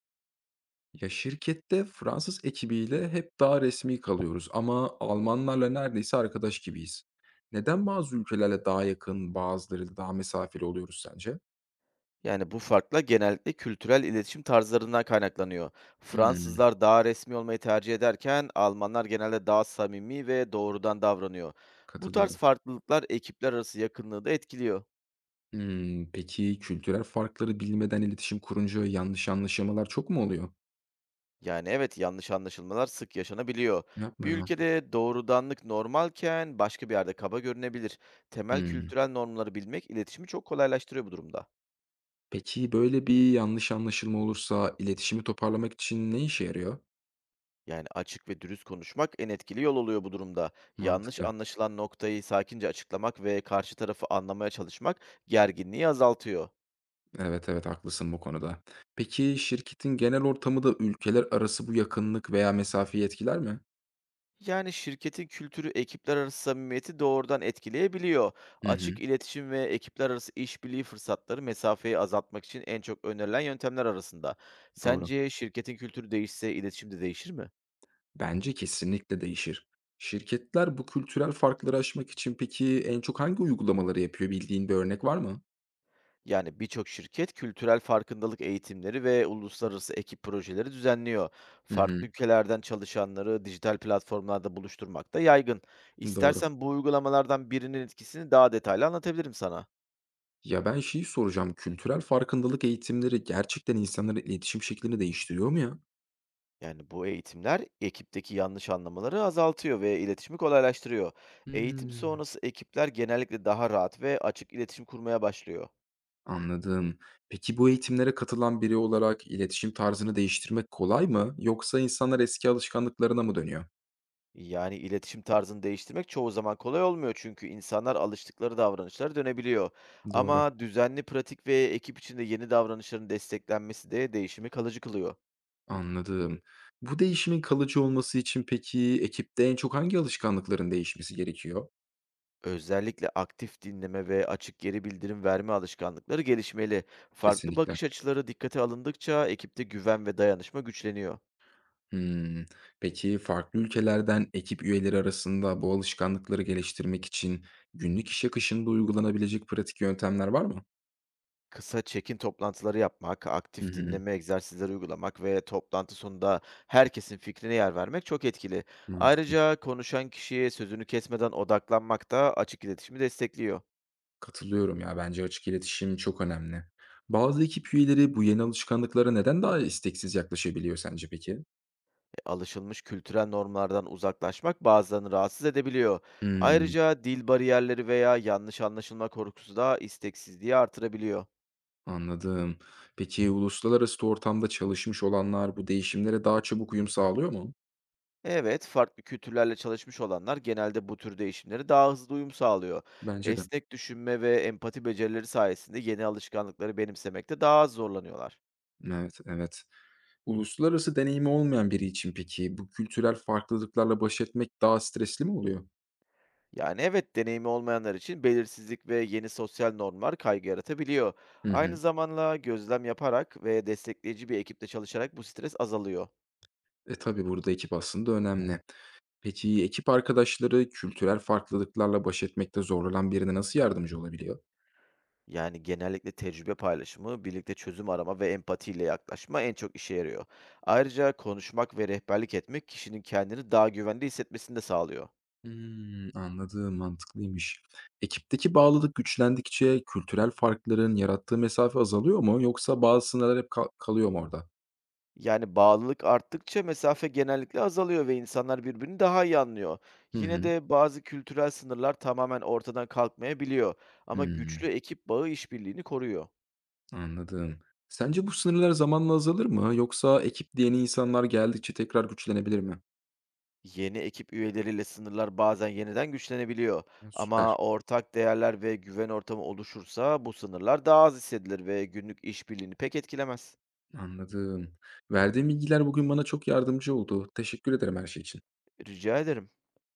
Ya, şirkette Fransız ekibiyle hep daha resmi kalıyoruz ama Almanlarla neredeyse arkadaş gibiyiz. Neden bazı ülkelerle daha yakın, bazılarıyla daha mesafeli oluyoruz sence? Yani bu farklar genellikle kültürel iletişim tarzlarından kaynaklanıyor. Hmm. Fransızlar daha resmi olmayı tercih ederken Almanlar genelde daha samimi ve doğrudan davranıyor. Bu tarz Katılıyorum. farklılıklar ekipler arası yakınlığı da etkiliyor. Hımm, peki kültürel farkları bilmeden iletişim kurunca yanlış anlaşılmalar çok mu oluyor? Yani evet yanlış anlaşılmalar sık yaşanabiliyor. Yapma Bir ya. ülkede doğrudanlık normalken başka bir yerde kaba görünebilir. Temel Hımm. kültürel normları bilmek iletişimi çok kolaylaştırıyor bu durumda. Peki böyle bir yanlış anlaşılma olursa iletişimi toparlamak için ne işe yarıyor? Yani, açık ve dürüst konuşmak en etkili yol oluyor bu durumda. Yanlış Mantıklı. anlaşılan noktayı sakince açıklamak ve karşı tarafı anlamaya çalışmak gerginliği azaltıyor. Evet, evet, haklısın bu konuda. Peki şirketin genel ortamı da ülkeler arası bu yakınlık veya mesafeyi etkiler mi? Yani, şirketin kültürü ekipler arası samimiyeti doğrudan etkileyebiliyor. Hı Açık hı, iletişim ve ekipler arası işbirliği fırsatları mesafeyi azaltmak için en çok önerilen yöntemler arasında. doğru. Sence şirketin kültürü değişse iletişim de değişir mi? Bence kesinlikle değişir. Şirketler bu kültürel farkları aşmak için peki en çok hangi uygulamaları yapıyor? Bildiğin bir örnek var mı? Yani birçok şirket kültürel farkındalık eğitimleri ve uluslararası ekip projeleri düzenliyor. Hı Farklı hı, ülkelerden çalışanları dijital platformlarda buluşturmak da yaygın. doğru. İstersen bu uygulamalardan birinin etkisini daha detaylı anlatabilirim sana. Ya ben şeyi soracağım. Kültürel farkındalık eğitimleri gerçekten insanların iletişim şeklini değiştiriyor mu ya? Yani bu eğitimler ekipteki yanlış anlamaları azaltıyor ve iletişimi kolaylaştırıyor. Eğitim Hmm. sonrası ekipler genellikle daha rahat ve açık iletişim kurmaya başlıyor. Anladım. Peki bu eğitimlere katılan biri olarak iletişim tarzını değiştirmek kolay mı, yoksa insanlar eski alışkanlıklarına mı dönüyor? Yani, iletişim tarzını değiştirmek çoğu zaman kolay olmuyor çünkü insanlar alıştıkları davranışlara dönebiliyor. Doğru. Ama düzenli pratik ve ekip içinde yeni davranışların desteklenmesi de değişimi kalıcı kılıyor. Anladım. Bu değişimin kalıcı olması için peki ekipte en çok hangi alışkanlıkların değişmesi gerekiyor? Özellikle aktif dinleme ve açık geri bildirim verme alışkanlıkları gelişmeli. Farklı Kesinlikle. bakış açıları dikkate alındıkça ekipte güven ve dayanışma güçleniyor. Hmm. Peki farklı ülkelerden ekip üyeleri arasında bu alışkanlıkları geliştirmek için günlük iş akışında uygulanabilecek pratik yöntemler var mı? Kısa check-in toplantıları yapmak, Hı aktif hı. dinleme egzersizleri uygulamak ve toplantı sonunda herkesin fikrine yer vermek çok etkili. Mantıklı. Ayrıca konuşan kişiye sözünü kesmeden odaklanmak da açık iletişimi destekliyor. Katılıyorum ya, bence açık iletişim çok önemli. Bazı ekip üyeleri bu yeni alışkanlıklara neden daha isteksiz yaklaşabiliyor sence peki? Alışılmış kültürel normlardan uzaklaşmak bazılarını rahatsız edebiliyor. Hımm, Ayrıca dil bariyerleri veya yanlış anlaşılma korkusu da isteksizliği artırabiliyor. anladım. Peki uluslararası ortamda çalışmış olanlar bu değişimlere daha çabuk uyum sağlıyor mu? Evet, farklı kültürlerle çalışmış olanlar genelde bu tür değişimleri daha hızlı uyum sağlıyor. Bence de. Esnek düşünme ve empati becerileri sayesinde yeni alışkanlıkları benimsemekte daha az zorlanıyorlar. Evet, evet. Uluslararası deneyimi olmayan biri için peki bu kültürel farklılıklarla baş etmek daha stresli mi oluyor? Yani evet, deneyimi olmayanlar için belirsizlik ve yeni sosyal normlar kaygı yaratabiliyor. Hı Aynı hı. zamanda gözlem yaparak ve destekleyici bir ekiple çalışarak bu stres azalıyor. E, tabii burada ekip aslında önemli. Peki ekip arkadaşları kültürel farklılıklarla baş etmekte zorlanan birine nasıl yardımcı olabiliyor? Yani, genellikle tecrübe paylaşımı, birlikte çözüm arama ve empatiyle yaklaşma en çok işe yarıyor. Ayrıca konuşmak ve rehberlik etmek kişinin kendini daha güvende hissetmesini de sağlıyor. Hımm, anladım, mantıklıymış. Ekipteki bağlılık güçlendikçe kültürel farkların yarattığı mesafe azalıyor mu, yoksa bazı sınırlar hep kalıyor mu orada? Yani bağlılık arttıkça mesafe genellikle azalıyor ve insanlar birbirini daha iyi anlıyor. Hı Yine hı. de bazı kültürel sınırlar tamamen ortadan kalkmayabiliyor ama Hımm, güçlü ekip bağı işbirliğini koruyor. anladım. Sence bu sınırlar zamanla azalır mı, yoksa ekipte yeni insanlar geldikçe tekrar güçlenebilir mi? Yeni ekip üyeleriyle sınırlar bazen yeniden güçlenebiliyor. Ha, Ama süper, ortak değerler ve güven ortamı oluşursa bu sınırlar daha az hissedilir ve günlük işbirliğini pek etkilemez. anladım. Verdiğim bilgiler bugün bana çok yardımcı oldu. Teşekkür ederim her şey için. Rica ederim.